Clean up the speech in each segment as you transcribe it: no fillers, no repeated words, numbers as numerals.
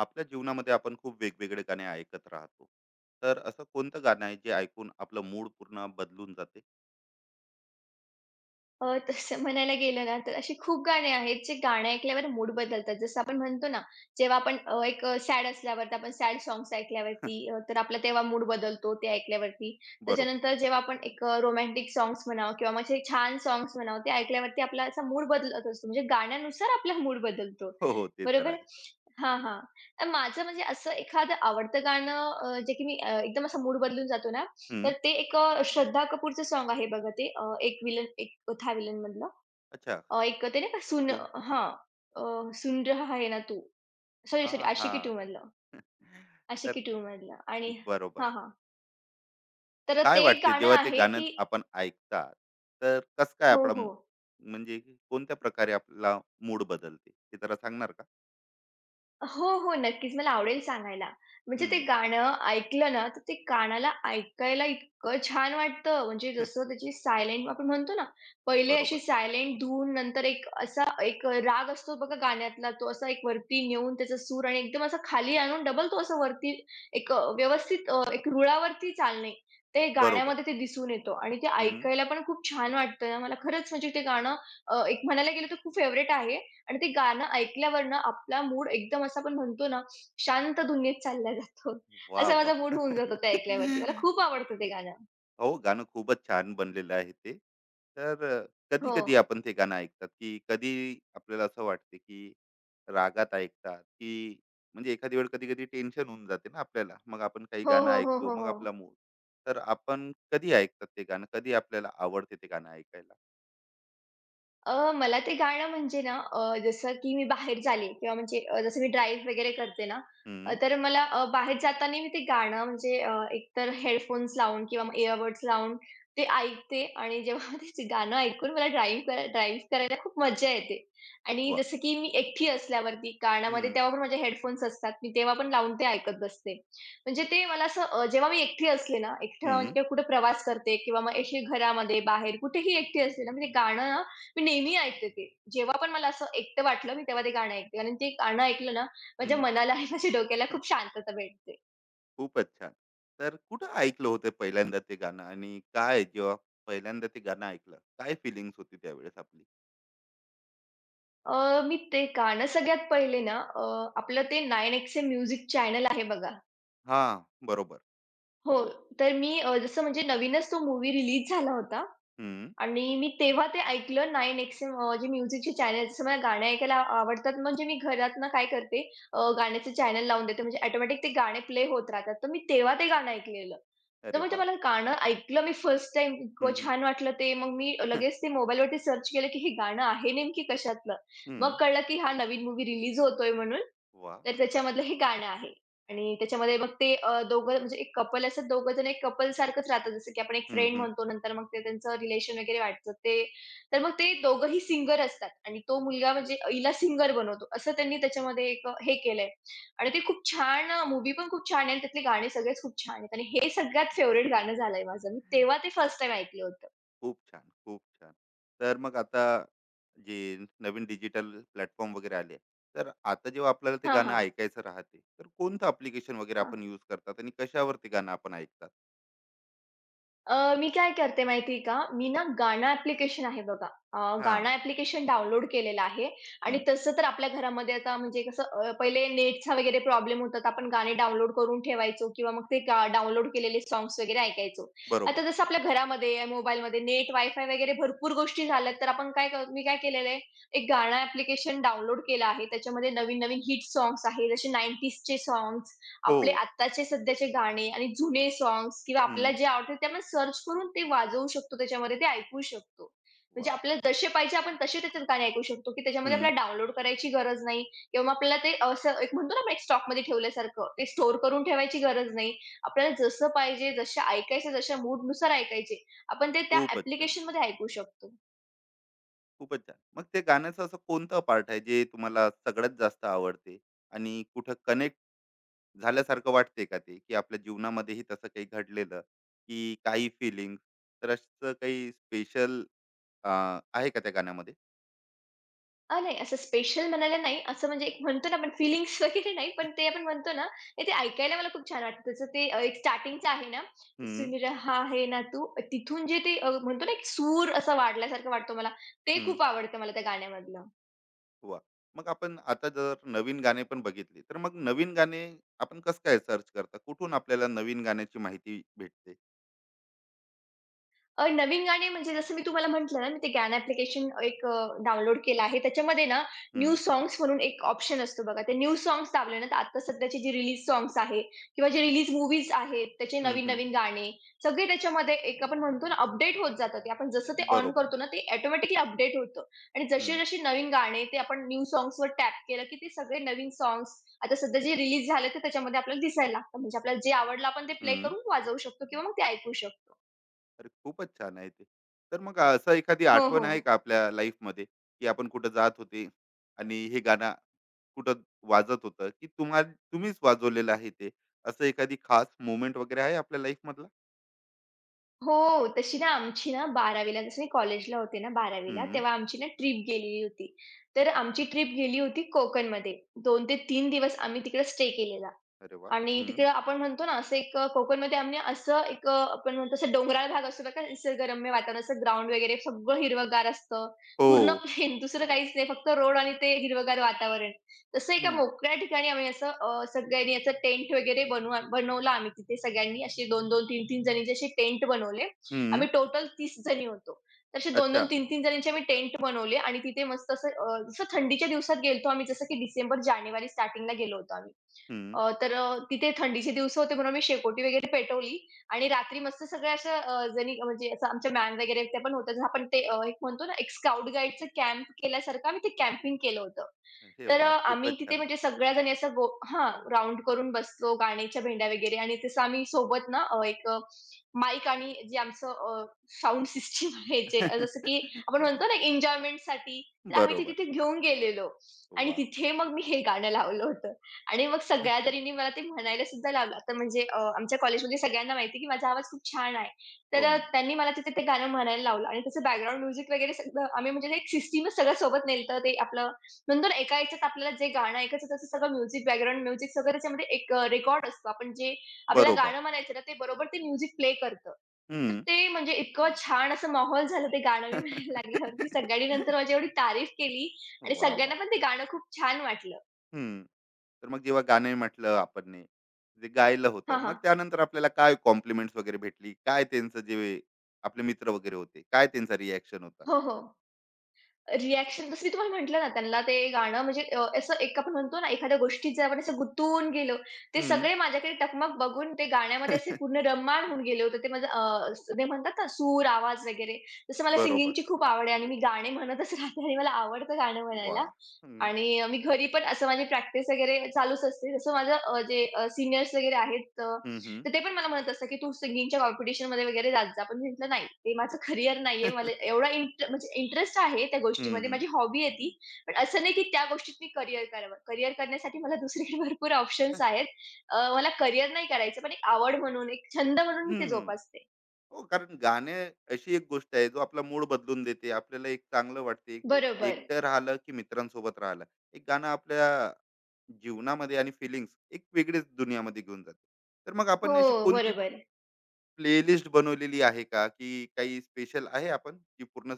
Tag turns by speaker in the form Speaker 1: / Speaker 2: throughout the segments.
Speaker 1: आपल्या जीवनामध्ये आपण खूप वेगवेगळे गाणे ऐकत राहतो. तर असं कोणतं गाणं आहे जे ऐकून आपलं मूड पूर्ण बदलून जाते?
Speaker 2: तसं म्हणायला गेलं ना, तर अशी खूप गाणी आहेत, जे गाणं ऐकल्यावर मूड बदलतात. जसं आपण म्हणतो ना, जेव्हा आपण एक सॅड असल्यावर तर आपण सॅड सॉन्ग्स ऐकल्यावरती तर आपला तेव्हा मूड बदलतो ते ऐकल्यावरती.
Speaker 1: बरोबर.
Speaker 2: त्याच्यानंतर जेव्हा आपण एक रोमॅन्टिक सॉन्ग्स म्हणावं किंवा मग असे छान सॉन्ग्स म्हणावं, ते ऐकल्यावरती आपला असा मूड बदलत असतो. म्हणजे गाण्यानुसार आपला मूड बदलतो.
Speaker 1: हो हो, ते तर
Speaker 2: बरोबर?
Speaker 1: आहे.
Speaker 2: हां, हां. तर माझं म्हणजे असं एखादं आवडतं गाणं जे की मी एकदम असा मूड बदलून जातो ना, तर
Speaker 1: हम्म,
Speaker 2: ते एक श्रद्धा कपूरचं सॉन्ग आहे बघा ते एक विलन एक था विलन मधलं.
Speaker 1: अच्छा.
Speaker 2: एक ते नाही का सुन
Speaker 1: कोण?
Speaker 2: हां. सुन रहा है ना तू. सॉरी,
Speaker 1: हा
Speaker 2: सॉरी
Speaker 1: हा.
Speaker 2: आशिकी 2 मधलं,
Speaker 1: तर,
Speaker 2: आशिकी टू मधलं आणि
Speaker 1: बरोबर.
Speaker 2: हां, हां. तर
Speaker 1: काय
Speaker 2: ते एक
Speaker 1: वाटते
Speaker 2: गाणं
Speaker 1: जेव्हा ते
Speaker 2: आहे
Speaker 1: गाणं
Speaker 2: की
Speaker 1: आपण ऐकतात? तर कसं काय
Speaker 2: हो,
Speaker 1: आपला
Speaker 2: हो.
Speaker 1: म्हणजे की कोणत्या प्रकारे आपला मूड बदलते ते जरा सांगणार का?
Speaker 2: हो, हो. नक्कीच. मला आवडेल सांगायला. म्हणजे ते
Speaker 1: हम्म.
Speaker 2: गाणं ऐकलं ना, तर ते कानाला ऐकायला इतकं छान वाटतं. म्हणजे जसं त्याची सायलेंट आपण म्हणतो ना, पहिले अशी
Speaker 1: बरोबर.
Speaker 2: सायलेंट धून, नंतर असा एक राग असतो बघा गाण्यातला, तो असा एक वरती नेऊन त्याचा सूर आणि एकदम असा खाली आणून डबल तो असा वरती एक व्यवस्थित एक रुळावरती चालणे. ते
Speaker 1: बरोबर.
Speaker 2: गाण्यामध्ये ते दिसून येतो आणि ते
Speaker 1: हम्म.
Speaker 2: ऐकायला पण खूप छान वाटतं ना. मला खरंच म्हणजे ते गाणं एक म्हणायला गेलं तर खूप फेव्हरेट आहे. आणि ते गाणं ऐकल्यावर ना आपला मूड एकदम असं आपण म्हणतो ना, शांत दुनियेत चालला जातो.
Speaker 1: वा
Speaker 2: असा माझा
Speaker 1: वा.
Speaker 2: मूड होऊन जातो ते ऐकल्यावरती. मला खूप आवडतं ते गाणं.
Speaker 1: अहो, गाणं खूपच छान बनलेलं आहे ते. तर
Speaker 2: हो.
Speaker 1: कधी-कधी आपण ते गाणं ऐकतात, की कधी आपल्याला असं वाटते, की रागात ऐकतात, की म्हणजे एखादी वेळ कधी-कधी टेन्शन होऊन जाते ना आपल्याला. मग आपण काही
Speaker 2: हो,
Speaker 1: गाणं
Speaker 2: हो, हो,
Speaker 1: ऐकतो,
Speaker 2: हो,
Speaker 1: मग
Speaker 2: हो.
Speaker 1: आपला मूड. तर आपण कधी ऐकतात ते गाणं? कधी आपल्याला आवडते ते गाणं ऐकायला?
Speaker 2: मला ते गाणं म्हणजे ना जसं की मी बाहेर झाले किंवा म्हणजे जसं मी ड्राईव्ह वगैरे करते ना,
Speaker 1: हं,
Speaker 2: तर मला बाहेर जाताना मी ते गाणं म्हणजे एकतर हेडफोन्स लावून किंवा मग इअरबड्स लावून ते ऐकते आणि जेव्हा ते जे गाणं ऐकून मला ड्राईव्ह करायला खूप मजा येते. आणि
Speaker 1: वाह!
Speaker 2: जसं की मी एकटी असल्यावरती कानामध्ये
Speaker 1: हं,
Speaker 2: तेव्हा पण माझे हेडफोन्स असतात. मी तेव्हा पण लावून ते ऐकत बसते. म्हणजे ते मला असं जेव्हा मी एकटी असले ना, एकटं म्हणजे
Speaker 1: हं,
Speaker 2: किंवा कुठे प्रवास करते किंवा मग अशी घरामध्ये, बाहेर कुठेही एकटी असले ना, मी गाणं ना मी नेहमी ऐकते ते. जेव्हा पण मला असं एकटं वाटलं, मी तेव्हा ते गाणं ऐकते. कारण ते गाणं ऐकलं ना, माझ्या
Speaker 1: हं.
Speaker 2: मनाला आणि माझ्या डोक्याला खूप शांतता भेटते.
Speaker 1: खूपच छान. तर कुठं ऐकलं होतं पहिल्यांदा ते गाणं आणि काय जेव्हा पहिल्यांदा ते गाणं ऐकलं, काय फीलिंग्स होती त्यावेळेस आपली?
Speaker 2: मी ते गाणं सगळ्यात पहिले ना आपलं ते 9XM म्युझिक चॅनल आहे बघा.
Speaker 1: हां, बरोबर.
Speaker 2: हो, तर मी जसं म्हणजे नवीनच तो मूव्ही रिलीज झाला होता.
Speaker 1: हं.
Speaker 2: आणि मी तेव्हा ते ऐकलं 9 एक्सएम जे म्युझिकचे चॅनल जसं मला गाणे ऐकायला आवडतात म्हणजे मी घरातनं काय करते गाण्याचे चॅनल लावून देते म्हणजे ऑटोमॅटिक ते गाणे प्ले होत राहतात. तर मी तेव्हा ते गाणं ऐकलेलं. तर
Speaker 1: अरे
Speaker 2: म्हणजे
Speaker 1: वा.
Speaker 2: मला गाणं ऐकलं मी फर्स्ट टाईम इतकं
Speaker 1: हं, हं.
Speaker 2: छान वाटलं ते. मग मी लगेच ते मोबाईलवरती सर्च केलं, की हे गाणं आहे नेमकी कशातलं. मग
Speaker 1: हं.
Speaker 2: कळलं, की हा नवीन मूव्ही रिलीज होतोय म्हणून.
Speaker 1: वाह!
Speaker 2: तर त्याच्यामधलं
Speaker 1: अच्छा.
Speaker 2: हे गाणं आहे. आणि त्याच्यामध्ये मग ते दोघं म्हणजे एक कपल असतात, दोघं जण एक कपल सारखंच राहतात. जसं की आपण एक
Speaker 1: हं,
Speaker 2: फ्रेंड
Speaker 1: हं.
Speaker 2: म्हणतो, नंतर मग ते त्यांचं रिलेशन वगैरे वाढतं ते. तर मग ते दोघंही सिंगर असतात आणि तो मुलगा म्हणजे हिला सिंगर बनवतो. असं त्यांनी त्याच्यामध्ये एक हे केलंय आणि ते खूप छान पण खूप छान आहे आणि त्यातले गाणे सगळेच खूप छान आहेत आणि हे सगळ्यात फेव्हराइट गाणं झालंय माझं. मी तेव्हा ते फर्स्ट टाईम ऐकलं होतं.
Speaker 1: खूप छान, खूप छान. तर मग आता जे नवीन डिजिटल प्लॅटफॉर्म वगैरे आले, तर आता जेव्हा आपल्याला ते
Speaker 2: हां,
Speaker 1: गाणं
Speaker 2: हां.
Speaker 1: ऐकायचं राहते, तर कोणतं अप्लिकेशन वगैरे
Speaker 2: हां.
Speaker 1: आपण यूज करतात आणि कशावर ते गाणं आपण ऐकतात?
Speaker 2: मी काय करते माहिती आहे का? मी ना गाणं ॲप्लिकेशन आहे बघा. अ, गाणं
Speaker 1: हां.
Speaker 2: ॲप्लिकेशन डाउनलोड केलेलं आहे आणि
Speaker 1: हं.
Speaker 2: तसं तर आपल्या घरामध्ये आता म्हणजे कसं पहिले नेटचा वगैरे प्रॉब्लेम होता, तर आपण गाणे डाउनलोड करून ठेवायचो किंवा मग ते डाउनलोड केलेले सॉन्ग्स वगैरे ऐकायचो. आता
Speaker 1: बरोबर.
Speaker 2: जसं आपल्या घरामध्ये, मोबाईलमध्ये नेट, वायफाय वगैरे भरपूर गोष्टी झाल्यात, तर आपण काय कर मी काय केलेलं आहे, एक गाणं ॲप्लिकेशन डाउनलोड केलं आहे. त्याच्यामध्ये नवीन-नवीन हिट सॉन्ग्स आहेत, जसे 90sचे सॉन्ग्स
Speaker 1: हो.
Speaker 2: आपले आत्ताचे सध्याचे गाणे आणि जुने सॉन्ग्स किंवा
Speaker 1: हं.
Speaker 2: आपल्याला जे आवडते ते आपण सर्च करून ते वाजवू शकतो त्याच्यामध्ये, ते ऐकू शकतो. म्हणजे
Speaker 1: वाह!
Speaker 2: आपल्याला जसे पाहिजे आपण तसे त्याच्यात गाणे ऐकू शकतो, की त्याच्यामध्ये
Speaker 1: हं.
Speaker 2: आपल्याला डाउनलोड करायची गरज नाही किंवा मग आपल्याला ते असं एक म्हणतो ना आपण एक स्टॉकमध्ये ठेवल्यासारखं, ते स्टोअर करून ठेवायची गरज नाही. आपल्याला जसं पाहिजे, जसं ऐकायचं, जशा मूडनुसार ऐकायचे, आपण ते त्या
Speaker 1: खूपच छान,
Speaker 2: ॲप्लिकेशनमध्ये ऐकू शकतो.
Speaker 1: खूपच छान. मग ते गाण्याचं असं कोणता पार्ट आहे जे तुम्हाला सगळ्यात जास्त आवडते आणि कुठं कनेक्ट झाल्यासारखं वाटते का ते, की आपल्या जीवनामध्येही तसं काही घडलेलं, की काही फिलिंग्स? तर असं काही स्पेशल आहे का त्या गाण्यामध्ये?
Speaker 2: नाही असं स्पेशल म्हणायला नाही. असं म्हणजे एक म्हणतो ना आपण फीलिंग्स वगैरे नाही, पण ते आपण म्हणतो ना, ते ते ऐकायला मला खूप छान वाटतं. त्याचं ते एक स्टार्टिंगचं आहे ना,
Speaker 1: हं,
Speaker 2: "सुन रहा है ना तू" तिथून जे ते म्हणतो ना, एक सूर असा वाढल्यासारखं वाटतो मला. ते
Speaker 1: हं.
Speaker 2: खूप आवडतं मला त्या गाण्यामधलं.
Speaker 1: वाह! मग आपण आता जर नवीन गाणे पण बघितले, तर मग नवीन गाणे आपण कसं काय सर्च करता? कुठून आपल्याला नवीन गाण्याची माहिती भेटते?
Speaker 2: नवीन गाणे म्हणजे जसं मी तुम्हाला म्हटलं ना, मी ते गाणं ॲप्लिकेशन एक डाउनलोड केलं आहे. त्याच्यामध्ये ना
Speaker 1: हं,
Speaker 2: न्यू सॉन्ग्स म्हणून एक ऑप्शन असतो बघा. ते न्यू सॉन्ग्स दाबले ना, तर आता सध्याचे जे रिलीज सॉन्ग्स आहे किंवा जे रिलीज मूव्हीज आहेत, त्याचे
Speaker 1: हं, हं.
Speaker 2: नवीन-नवीन गाणे सगळे त्याच्यामध्ये एक आपण म्हणतो ना, अपडेट होत जातात. ते आपण जसं ते ऑन
Speaker 1: बरोबर.
Speaker 2: करतो ना, ते ऑटोमॅटिकली अपडेट होतं आणि
Speaker 1: हं,
Speaker 2: जसे-जसे नवीन गाणे ते आपण न्यू सॉन्ग्सवर टॅप केलं, की ते सगळे नवीन सॉन्ग्स आता सध्या जे रिलीज झाले, ते त्याच्यामध्ये आपल्याला दिसायला लागतं. म्हणजे आपल्याला जे आवडलं आपण ते प्ले
Speaker 1: हं.
Speaker 2: करून वाजवू शकतो किंवा मग ते ऐकू शकतो.
Speaker 1: अरे, खूपच छान आहे ते. तर मग असं एखादी
Speaker 2: हो, हो.
Speaker 1: आठवण आहे का आपल्या लाईफमध्ये, की आपण कुठे जात होते आणि हे गाणं कुठं वाजत होतं, की तुम्हीच वाजवलेलं आहे ते. असं एखादी खास मोमेंट वगैरे आहे आपल्या लाईफमधला?
Speaker 2: हो, तशी ना आमची ना 12वी जसं मी कॉलेजला होते ना 12वी
Speaker 1: हं.
Speaker 2: तेव्हा आमची ना ट्रिप गेलेली होती. तर आमची ट्रिप गेली होती कोकणमध्ये. 2 ते 3 दिवस आम्ही तिकडे स्टे केलेला.
Speaker 1: अरे वाह!
Speaker 2: आणि
Speaker 1: हं.
Speaker 2: तिकडे आपण म्हणतो ना असं एक कोकणमध्ये आम्ही असं एक आपण म्हणतो असं डोंगराळ भाग असतो बघा निसर्गरम्य वातावरण असं ग्राउंड वगैरे सगळं हिरवंगार असतं. पूर्ण
Speaker 1: हो.
Speaker 2: प्लेन दुसरं काहीच नाही फक्त रोड आणि ते हिरवंगार वातावरण. तसं एका
Speaker 1: हं,
Speaker 2: मोकळ्या ठिकाणी आम्ही असं सगळ्यांनी असं टेंट वगैरे बनवला आम्ही तिथे सगळ्यांनी असे 2-2, 3-3 जणींचे असे टेंट बनवले.
Speaker 1: हं.
Speaker 2: आम्ही टोटल 30 जणी होतो. तर असे
Speaker 1: अच्छा.
Speaker 2: 2-2, 3-3 जणींचे आम्ही टेंट बनवले आणि तिथे मस्त असं जसं थंडीच्या दिवसात गेलो आम्ही जसं की डिसेंबर, जानेवारी स्टार्टिंगला गेलो होतो आम्ही.
Speaker 1: हं.
Speaker 2: तिथे थंडीचे दिवस होते म्हणून आम्ही शेकोटी वगैरे पेटवली आणि रात्री मस्त सगळ्या अशा जणी म्हणजे असं आमच्या मॅन वगैरे त्या पण होत्या. आपण ते एक म्हणतो ना, एक स्काउट गाईडचं कॅम्प केल्यासारखं आम्ही ते कॅम्पिंग केलं होतं.
Speaker 1: अरे वाह!
Speaker 2: आम्ही
Speaker 1: खूपच
Speaker 2: तिथे
Speaker 1: छान.
Speaker 2: म्हणजे सगळ्याजणी असं गो हां, राउंड करून बसलो, गाण्याच्या भेंड्या वगैरे आणि तसं आम्ही सोबत ना माईक आणि जे आमचं साउंड सिस्टम आहे जे जसं की आपण म्हणतो ना एन्जॉयमेंटसाठी, तर आम्ही ते
Speaker 1: बरोबर.
Speaker 2: तिथे घेऊन गेलेलो आणि
Speaker 1: वा.
Speaker 2: तिथे मग मी हे गाणं लावलं होतं आणि मग सगळ्या तऱ्हेने मला ते म्हणायला सुद्धा लावलं. तर म्हणजे आमच्या कॉलेजमध्ये सगळ्यांना माहिती आहे की माझा आवाज खूप छान आहे.
Speaker 1: हं.
Speaker 2: त्यांनी मला तिथे ते गाणं म्हणायला लावलं आणि त्याचं बॅकग्राऊंड म्युझिक वगैरे सगळं आम्ही म्हणजे एक सिस्टमच सगळं सोबत नेलं होतं. ते आपलं नंतर एका याच्यात आपल्याला जे गाणं ऐकायचं त्याचं सगळं म्युझिक बॅकग्राऊंड म्युझिक सगळं त्याच्यामध्ये एक रेकॉर्ड असतो. आपण जे आपल्याला
Speaker 1: बरोबर.
Speaker 2: गाणं म्हणायचं ना, ते बरोबर ते म्युझिक प्ले करतं. तर
Speaker 1: हं.
Speaker 2: ते म्हणजे इतकं छान असं माहोल झालं ते गाणं मी म्हणायला लागल्यावरती. सगळ्यांनी नंतर माझी एवढी तारीफ केली आणि
Speaker 1: वा वाह!
Speaker 2: सगळ्यांना पण ते गाणं खूप छान वाटलं.
Speaker 1: हं. तर मग जेव्हा गाणे म्हटलं आपण ने, जे गायलं होतं,
Speaker 2: हां,
Speaker 1: मग
Speaker 2: हां.
Speaker 1: त्यानंतर आपल्याला काय कॉम्प्लिमेंट्स वगैरे भेटली? काय त्यांचं जे आपले मित्र वगैरे होते, काय त्यांचा रिएक्शन होता?
Speaker 2: हो, हो. रिएक्शन जसं मी तुम्हाला म्हटलं ना, त्यांना ते गाणं म्हणजे असं एक आपण म्हणतो ना, एखाद्या गोष्टीत जर आपण असं गुंतून गेलो, ते
Speaker 1: हं.
Speaker 2: सगळे माझ्याकडे टकमक बघून ते गाण्यामध्ये असे पूर्ण रममाण होऊन गेले होते. ते माझं ते म्हणतात ना, सूर, आवाज वगैरे. जसं मला
Speaker 1: बरोबर.
Speaker 2: सिंगिंगची खूप आवड आहे आणि मी गाणे म्हणतच राहते आणि मला आवडतं गाणं
Speaker 1: वा,
Speaker 2: म्हणायला.
Speaker 1: हं.
Speaker 2: आणि मी घरी पण असं माझी प्रॅक्टिस वगैरे चालूच असते. जसं माझं वगैरे आहेत
Speaker 1: हं, हं.
Speaker 2: तर ते पण मला म्हणत असतात, की "तू सिंगिंगच्या कॉम्पिटिशनमध्ये वगैरे जात जा." पण मी म्हटलं, "नाही, ते माझं करियर नाहीये. मला एवढा म्हणजे इंटरेस्ट आहे त्या
Speaker 1: हं,
Speaker 2: गोष्टीमध्ये.
Speaker 1: हं.
Speaker 2: माझी हॉबी आहे ती. पण असं नाही, की त्या गोष्टीत मी करियर करावं. करियर करण्यासाठी मला दुसरीकडे भरपूर ऑप्शन्स आहेत. मला करियर नाही करायचं, पण एक आवड म्हणून, एक छंद म्हणून मी ते
Speaker 1: हं.
Speaker 2: जोपासते."
Speaker 1: हो, कारण गाणे अशी एक गोष्ट आहे, जो आपला मूड बदलून देते. आपल्याला एक चांगलं वाटते. एक-
Speaker 2: बरोबर.
Speaker 1: एकटं राहिलं की मित्रांसोबत राहिलं. एक गाणं आपल्या जीवनामध्ये आणि फीलिंग्स एक वेगळीच दुनियामध्ये घेऊन जाते. तर मग
Speaker 2: हो,
Speaker 1: आपण अशी कोणती
Speaker 2: बरोबर.
Speaker 1: प्लेलिस्ट बनवलेली आहे का? की काही स्पेशल आहे आपण, की पूर्ण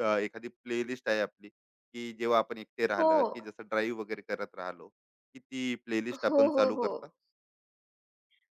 Speaker 1: एखादी प्लेलिस्ट आहे आपली, की जेव्हा आपण एकटे
Speaker 2: हो.
Speaker 1: राहिलं, की जसं ड्राईव्ह वगैरे करत राहिलो, की ती प्लेलिस्ट
Speaker 2: हो,
Speaker 1: आपण
Speaker 2: हो,
Speaker 1: चालू
Speaker 2: हो.
Speaker 1: करता?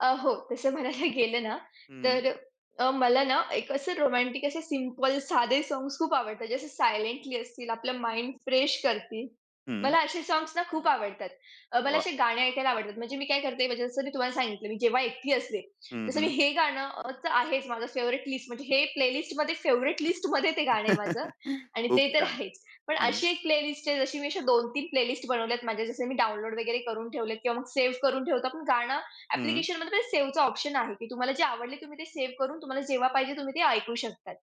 Speaker 2: हो, तसं म्हणायला गेलं ना,
Speaker 1: हं,
Speaker 2: तर मला ना एक असं रोमॅन्टिक असे सिंपल साधे सॉन्ग्स खूप आवडतात. जसे सायलेंटली असतील, आपलं माइंड फ्रेश करतील.
Speaker 1: हं.
Speaker 2: मला असे सॉन्ग्स ना खूप आवडतात. मला असे
Speaker 1: वाह!
Speaker 2: गाणे ऐकायला आवडतात. म्हणजे मी काय करते, म्हणजे जसं मी तुम्हाला सांगितलं, मी जेव्हा एकटी असते,
Speaker 1: हं,
Speaker 2: जसं मी
Speaker 1: हं.
Speaker 2: हे गाणं तर आहेच माझं फेव्हरेट लिस्ट. म्हणजे हे प्लेलिस्टमध्ये फेव्हरेट लिस्टमध्ये ते गाणं माझं आणि ते
Speaker 1: खूप
Speaker 2: तर
Speaker 1: छान.
Speaker 2: आहेच. पण
Speaker 1: हं,
Speaker 2: अशी एक प्लेलिस्ट आहे, जशी मी अशा 2-3 प्लेलिस्ट बनवल्यात माझ्या. जसे मी डाउनलोड वगैरे करून ठेवलेत किंवा मग सेव्ह करून ठेवतो. पण गाणं
Speaker 1: हं.
Speaker 2: ॲप्लिकेशनमध्ये सेव्हचं ऑप्शन आहे, की तुम्हाला जे आवडले तुम्ही ते सेव्ह करून तुम्हाला जेव्हा पाहिजे तुम्ही ते ऐकू शकतात.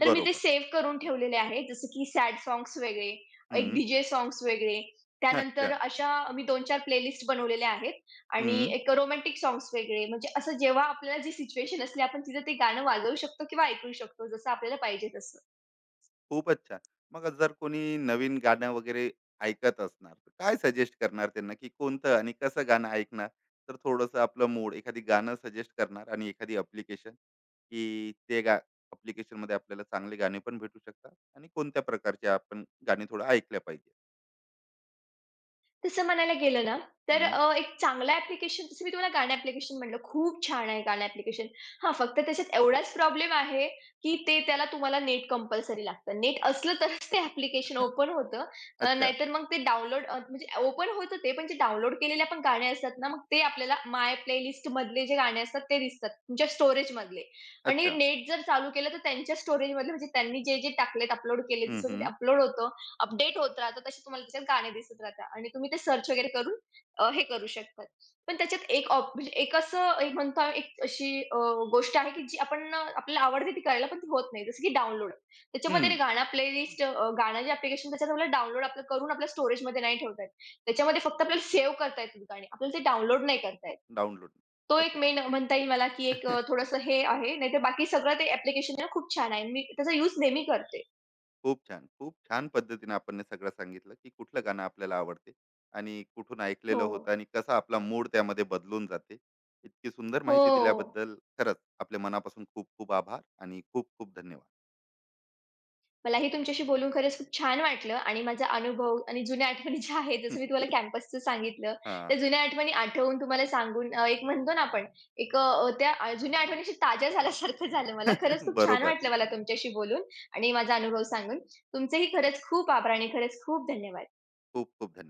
Speaker 2: तर मी ते
Speaker 1: बरोबर.
Speaker 2: सेव्ह करून ठेवलेले आहे. जसं की सॅड साँग्स वेगळे, एक
Speaker 1: हं.
Speaker 2: डी-जे साँग्स वेगळे, त्यानंतर
Speaker 1: अच्छा.
Speaker 2: अशा मी 2-4 प्लेलिस्ट बनवलेल्या आहेत आणि
Speaker 1: हं.
Speaker 2: एक रोमॅन्टिक साँग्स वेगळे. म्हणजे असं जेव्हा आपल्याला जी सिच्युएशन असली आपण तिथं ते गाणं वाजवू शकतो किंवा ऐकू शकतो जसं आपल्याला पाहिजे तसं.
Speaker 1: खूपच छान. मग जर कोणी नवीन गाणं वगैरे ऐकत असणार, तर काय सजेस्ट करणार त्यांना, की कोणतं आणि कसं गाणं ऐकणार? तर थोडंसं आपलं मूड, एखादी गाणं सजेस्ट करणार आणि एखादी ॲप्लिकेशन, की ते गा ॲप्लिकेशनमध्ये आपल्याला चांगले गाणे पण भेटू शकतात आणि कोणत्या प्रकारचे आपण गाणे थोडं ऐकल्या पाहिजे?
Speaker 2: तसं म्हणायला गेलं ना, तर
Speaker 1: हं.
Speaker 2: एक चांगलं ॲप्लिकेशन जसं मी तुम्हाला गाणं ॲप्लिकेशन म्हटलं, खूप छान आहे गाणं ॲप्लिकेशन. हां, फक्त त्याच्यात एवढाच प्रॉब्लेम आहे, की ते त्याला तुम्हाला नेट कंपल्सरी लागतं. नेट असलं तरच ते ॲप्लिकेशन ओपन होतं.
Speaker 1: अच्छा,
Speaker 2: नाहीतर मग ते म्हणजे ओपन होतं ते, पण जे डाउनलोड केलेले आपण गाणे असतात ना, मग ते आपल्याला माय प्लेलिस्टमधले जे गाणे असतात ते दिसतात, तुमच्या स्टोरेजमधले. आणि
Speaker 1: अच्छा.
Speaker 2: नेट जर चालू केलं, तर त्यांच्या स्टोरेजमधले म्हणजे त्यांनी जे-जे टाकलेत, अपलोड केले,
Speaker 1: हं,
Speaker 2: जसं ते
Speaker 1: हं.
Speaker 2: अपलोड होतं, अपडेट होत राहतं, तसे तुम्हाला त्याच्यात गाणे दिसत राहतात आणि तुम्ही ते सर्च वगैरे करून हे करू शकतात. पण त्याच्यात एक ऑप म्हणजे एक असं एक म्हणता एक अशी गोष्ट आहे की जी आपण आपल्याला आवडते ती करायला, पण ती होत नाही. जसं की डाउनलोड. त्याच्यामध्ये
Speaker 1: हं.
Speaker 2: ते गाणं प्लेलिस्ट गाणं जे ॲप्लिकेशन त्याच्यात आपल्याला डाउनलोड आपलं करून आपल्या स्टोरेजमध्ये नाही ठेवता येत. त्याच्यामध्ये फक्त आपल्याला सेव्ह करता येतात गाणी. आपल्याला ते डाउनलोड नाही करता येत.
Speaker 1: डाउनलोड.
Speaker 2: तो एक
Speaker 1: अच्छा.
Speaker 2: मेन म्हणता येईल मला की एक थोडंसं हे आहे. नाहीतर बाकी सगळं ते ॲप्लिकेशन खूप छान आहे. मी त्याचा यूज नेहमी करते.
Speaker 1: खूप छान. खूप छान पद्धतीने आपण हे सगळं सांगितलं, की कुठलं गाणं आपल्याला आवडते आणि कुठून
Speaker 2: हो.
Speaker 1: ऐकलेलं होतं आणि कसा आपला मूड त्यामध्ये बदलून जाते. इतकी सुंदर
Speaker 2: हो.
Speaker 1: माहिती दिल्याबद्दल खरंच आपल्या मनापासून खूप खूप आभार आणि खूप खूप धन्यवाद.
Speaker 2: मलाही तुमच्याशी बोलून खरंच खूप छान वाटलं आणि माझा अनुभव आणि जुन्या आठवणी ज्या आहेत, जसं मी तुम्हाला कॅम्पसचं सांगितलं,
Speaker 1: हां.
Speaker 2: त्या जुन्या आठवणी आठवून तुम्हाला सांगून एक म्हणतो ना आपण, एक अ, त्या आ- जुन्या आठवणीशी ताज्या झाल्यासारखं झालं मला. खरंच खूप छान
Speaker 1: बरोबर.
Speaker 2: वाटलं मला तुमच्याशी बोलून आणि माझा अनुभव सांगून. तुमचेही खरंच खूप आभार आणि खरंच खूप धन्यवाद.
Speaker 1: खूप खूप धन्यवाद.